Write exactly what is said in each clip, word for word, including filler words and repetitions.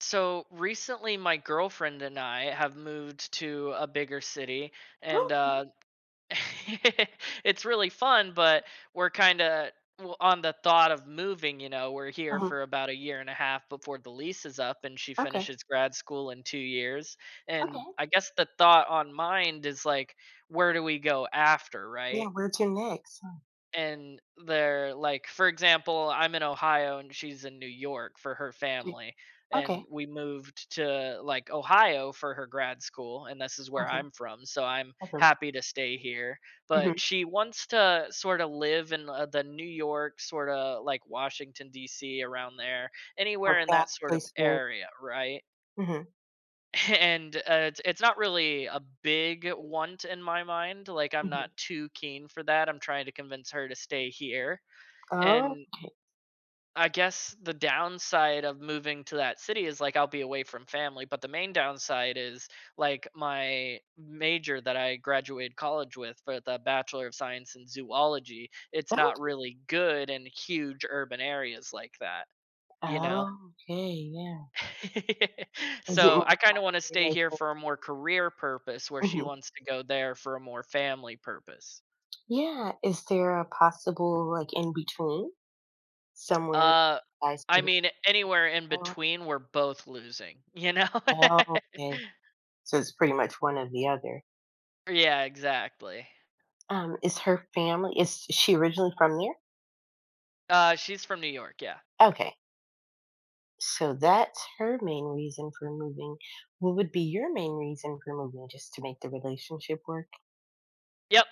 So recently, my girlfriend and I have moved to a bigger city, and Okay. uh, it's really fun, but we're kind of on the thought of moving. You know, we're here Uh-huh. for about a year and a half before the lease is up, and she Okay. finishes grad school in two years. Okay. And I guess the thought on mind is like, where do we go after, Yeah, right? where'd next? Oh, And they're like, for example, I'm in Ohio and she's in New York for her gee. family, and Okay. we moved to like Ohio for her grad school, and this is where Okay. I'm from, so I'm Okay. happy to stay here. But Mhm. she wants to sort of live in uh, the New York sort of like Washington DC, around there, anywhere Or in that sort of fast-paced series. area, right? Mhm. and uh, it's, it's not really a big want in my mind. Like, I'm Mhm. not too keen for that. I'm trying to convince her to stay here. Oh, And okay. I guess the downside of moving to that city is like I'll be away from family, but the main downside is like my major that I graduated college with, for the Bachelor of Science in Zoology, it's not Okay. really good in huge urban areas like that, you know? Oh, okay, yeah. Is it So more I kind of want to popular stay like here that? for a more career purpose, where she Mhm. wants to go there for a more family purpose. Yeah, is there a possible, like, in between somewhere you Uh, guys I could. mean, anywhere in Oh, between, we're both losing, you know? oh, okay. So it's pretty much one or the other. Yeah, exactly. Um, is her family is she originally from there? Uh, she's from New York. Yeah. Okay. So that's her main reason for moving. What would be your main reason for moving just to make the relationship work? Yep.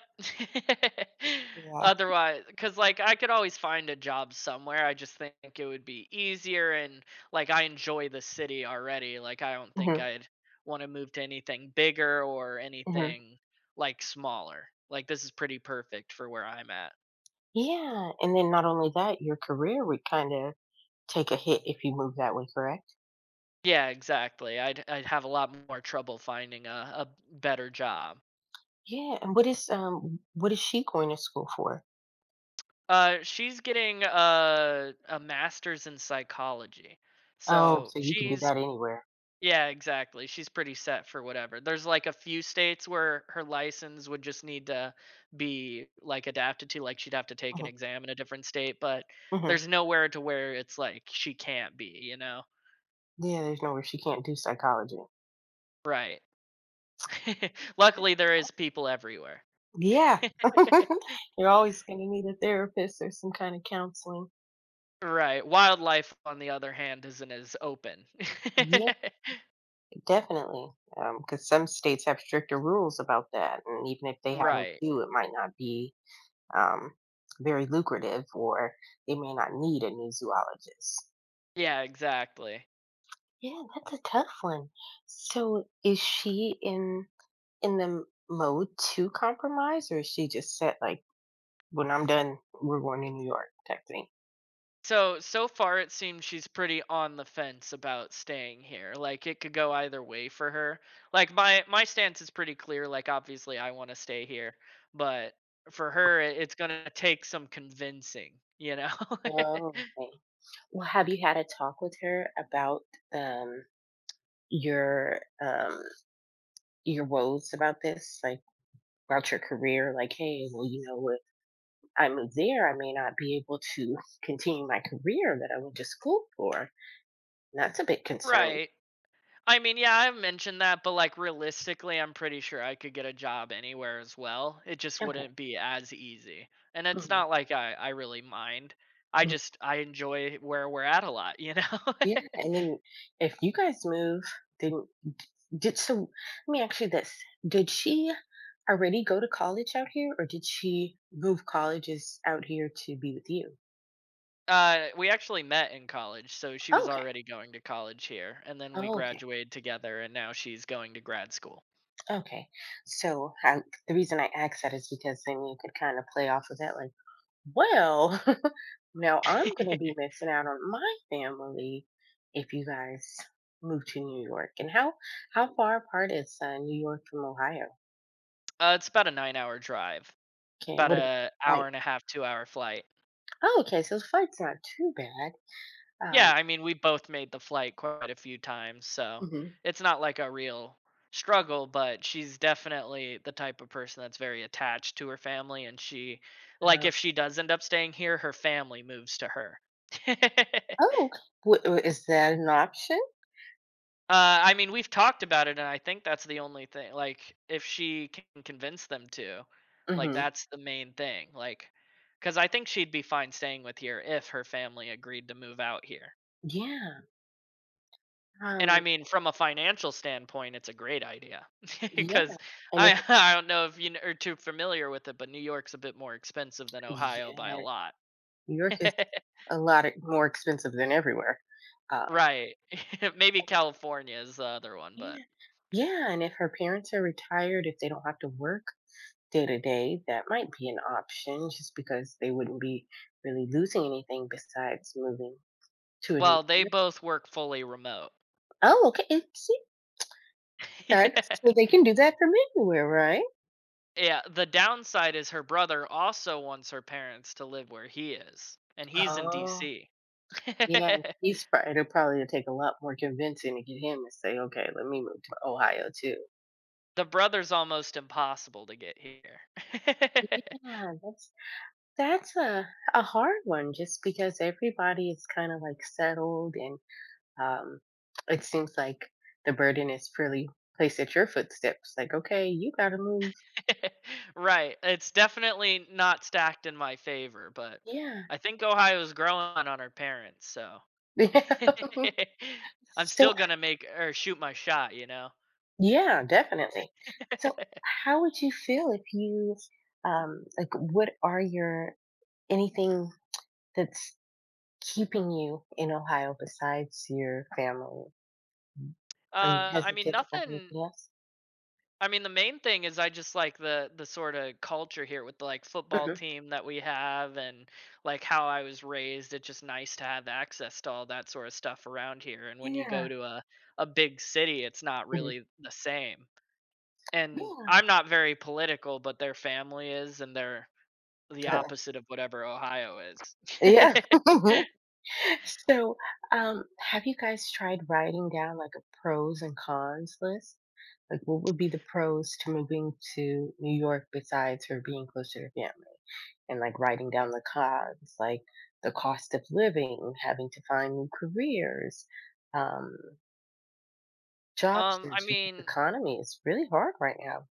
Yeah. Otherwise, because like I could always find a job somewhere. I just think it would be easier, and like I enjoy the city already. Like, I don't think Hmm. I'd want to move to anything bigger or Hmm. anything like smaller. Like, this is pretty perfect for where I'm at. Yeah. And then not only that, your career would kind of take a hit if you move that way, correct? Yeah, exactly. I'd I'd have a lot more trouble finding a, a better job. Yeah. And what is um what is she going to school for? Uh, she's getting a a master's in psychology, Oh, so so you can do she's that anywhere. yeah, exactly. She's pretty set for whatever. There's like a few states where her license would just need to be like adapted to, like she'd have to take an Hmm. exam in a different state, but Hmm. there's nowhere to where it's like she can't be, you know? Yeah, there's nowhere she can't do psychology. Right. Luckily, there is people everywhere. Yeah. You're always going to need a therapist or some kind of counseling. Right, wildlife, on the other hand, isn't as open. Definitely, because some states have stricter rules about that, and even if they have a Right. zoo, it might not be, um, very lucrative, or they may not need a new zoologist. Yeah, exactly. Yeah, that's a tough one. So, is she in in the m mode to compromise, or is she just set, like, "When I'm done, we're going to New York," type thing? So, so far it seems she's pretty on the fence about staying here. Like, it could go either way for her. Like, my my stance is pretty clear. Like, obviously, I wanna stay here, but for her, I it's gonna take some convincing, you know? Oh, okay. Well, have you had a talk with her about, um, your, um your woes about this? Like about your career, like, hey, well, you know, if I move there, I may not be able to continue my career that I went to school for. And that's a bit concerning. Right. I mean, yeah, I have mentioned that, but like realistically, I'm pretty sure I could get a job anywhere as well. It just Okay. wouldn't be as easy. And it's Mhm. not like I, I really mind. I Mhm. just I enjoy where we're at a lot, you know? Yeah. And then if you guys move, then d- did, so let me ask you this. Did she already go to college out here or did she move colleges out here to be with you? Uh, we actually met in college, so she was Okay. already going to college here, and then we Oh, okay. graduated together and now she's going to grad school. Okay. So I, the reason I asked that is because then you could kind of play off of that, like, well, now I'm gonna be missing out on my family if you guys move to New York. And how how far apart is uh, New York from Ohio? uh, it's about a nine hour drive, Can about what about a flight? hour and a half, two hour flight. Oh, okay, so the flight's not too bad. Yeah, Um, I mean, we both made the flight quite a few times, so hmm it's not like a real struggle, but she's definitely the type of person that's very attached to her family, and she, like, uh, if she does end up staying here, her family moves to her. oh, okay. Wh- wh- is that an option? Uh, I mean, we've talked about it, and I think that's the only thing. Like, if she can convince them to, like, Hmm. that's the main thing. Like, because I think she'd be fine staying with here if her family agreed to move out here. Yeah. And I Um. mean, from a financial standpoint, it's a great idea Yeah. because And if I I don't know if you kn- are too familiar with it, but New York's a bit more expensive than Ohio by a yeah, lot. New York is a lot e- more expensive than everywhere. Um. Right. Maybe California is the other one, but Yeah. Yeah. And if her parents are retired, if they don't have to work day to day, that might be an option just because they wouldn't be really losing anything besides moving to a new well, they area. both work fully remote. Oh, okay. And see that. Yeah. So they can do that from anywhere, right? Yeah, the downside is her brother also wants her parents to live where he is, and he's in Oh, D C. yeah. He's probably, it'll probably take a lot more convincing to get him to say, okay, let me move to Ohio too. The brother's almost impossible to get here. Yeah, that's that's a a hard one just because everybody is kind of like settled and, Um, it seems like the burden is purely placed at your footsteps, like, "Okay, you gotta move." Right. It's definitely not stacked in my favor, but Yeah. I think Ohio's growing on her parents, so Yeah. I'm So, still gonna make or shoot my shot, you know? Yeah, definitely. So, how would you feel if you, um like, what are your, anything that's keeping you in Ohio besides your family? Mhm. Are you Uh, I mean, hesitant about nothing. anything else? I mean, the main thing is I just like the the sort of culture here with the like football Mhm. team that we have, and like how I was raised. It's just nice to have access to all that sort of stuff around here. And when you go Yeah. to a a big city, it's not Mhm. really the same. And Yeah. I'm not very political, but their family is, and they're the Uh, opposite of whatever Ohio is. yeah. So, um, have you guys tried writing down like a pros and cons list? Like, what would be the pros to moving to New York besides for being closer to family? And like writing down the cons, like the cost of living, having to find new careers, um, job Um, search, I because the mean, economy is really hard right now.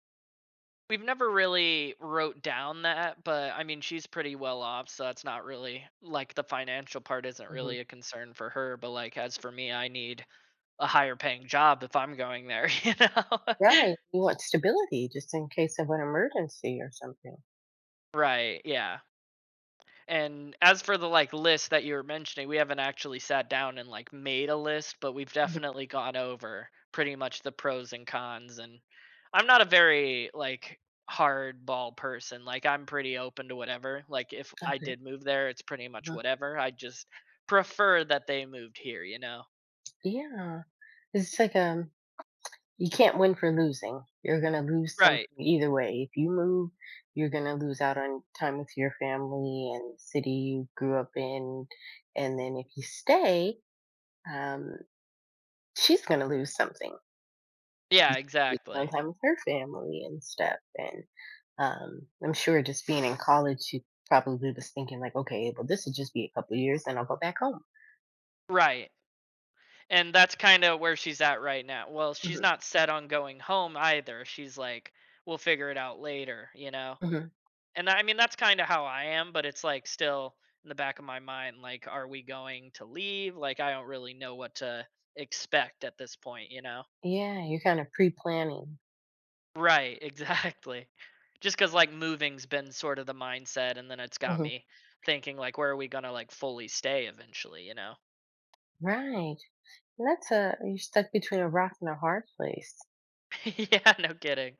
we've never really wrote down that, but I mean, she's pretty well off, so that's not really like the financial part isn't Hmm. really a concern for her, but like as for me, I need a higher paying job if I'm going there, you know? Yeah, you want stability just in case of an emergency or something. Right, yeah. And as for the like list that you were mentioning, we haven't actually sat down and like made a list, but we've Mhm. definitely gone over pretty much the pros and cons. And I'm not a very like hardball person. Like, I'm pretty open to whatever. Like, if I Okay. did move there, it's pretty much Mhm. whatever. I just prefer that they moved here, you know. Yeah, it's like, um you can't win for losing. You're gonna lose Right. something either way. If you move, you're gonna lose out on time with your family and the city you grew up in. And then if you stay, um, she's gonna lose something. She's Yeah, gonna lose out on exactly. time with her family and stuff. And um, I'm sure just being in college, she probably was thinking like, okay, well, this will just be a couple of years, then I'll go back home. Right. And that's kind of where she's at right now. Well, she's Hmm. not set on going home either. She's like, we'll figure it out later, you know? Hmm. And I mean, that's kind of how I am, but it's like still in the back of my mind, like, are we going to leave? Like, I don't really know what to expect at this point, you know? Yeah, you're kind of pre-planning. Right, exactly. Just because like moving's been sort of the mindset, and then it's got Hmm. me thinking, like, where are we gonna like fully stay eventually, you know? Right. That's a you're stuck between a rock and a hard place. Yeah, no kidding.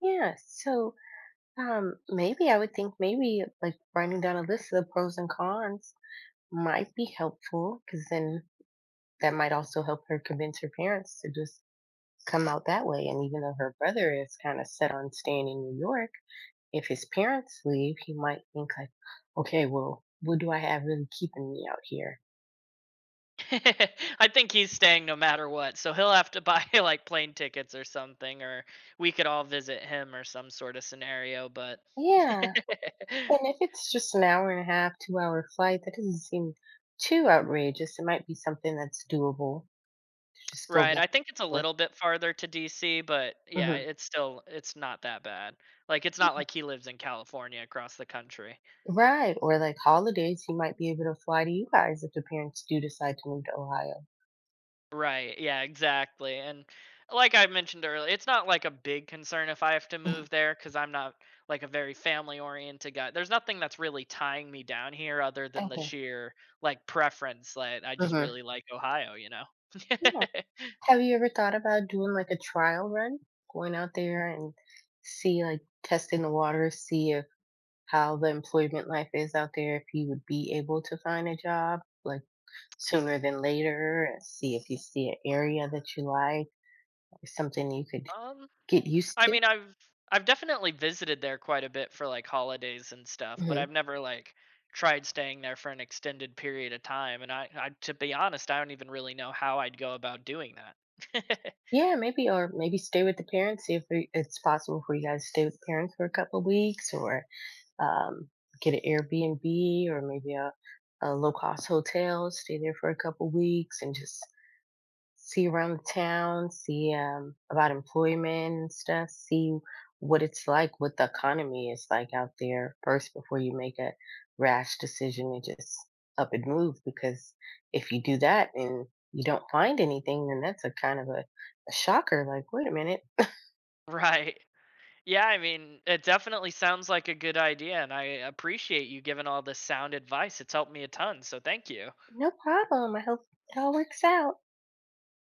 Yeah, so um, maybe I would think maybe like writing down a list of the pros and cons might be helpful because then that might also help her convince her parents to just come out that way. And even though her brother is kind of set on staying in New York, if his parents leave, he might think like, okay, well, what do I have really keeping me out here? I think he's staying no matter what, so he'll have to buy like plane tickets or something, or we could all visit him or some sort of scenario, but Yeah, and if it's just an hour and a half, two-hour flight, that doesn't seem too outrageous. It might be something that's doable to just go back right, I think it's a and forth. little bit farther to D C, but yeah, Mhm. it's still it's not that bad. Like, it's not like he lives in California across the country. Right, or like holidays, you might be able to fly to you guys if the parents do decide to move to Ohio. Right, yeah, exactly, and like I mentioned earlier, it's not like a big concern if I have to Mhm. move there because 'cause I'm not, like, a very family-oriented guy. There's nothing that's really tying me down here other than the Okay. sheer, like, preference, that I just Mhm. really like Ohio, you know? Yeah. Have you ever thought about doing like a trial run? Going out there and see like testing the water, see if how the employment life is out there, if you would be able to find a job, like sooner than later. See if you see an area that you like, something you could Um, get used I to. mean, I've I've definitely visited there quite a bit for like holidays and stuff, but Hmm. I've never like tried staying there for an extended period of time. And I, I to be honest, I don't even really know how I'd go about doing that. Yeah, maybe, or maybe stay with the parents. See if it- it's possible for you guys to stay with the parents for a couple of weeks, or um, get an Airbnb, or maybe a, a low cost hotel. Stay there for a couple of weeks and just see around the town, see um, about employment and stuff, see what it's like, what the economy is like out there first before you make a rash decision and just up and move. Because if you do that and you don't find anything, then that's a kind of a, a shocker. Like, wait a minute. Right. Yeah, I mean, it definitely sounds like a good idea, and I appreciate you giving all this sound advice. It's helped me a ton, so thank you. No problem. I hope it all works out.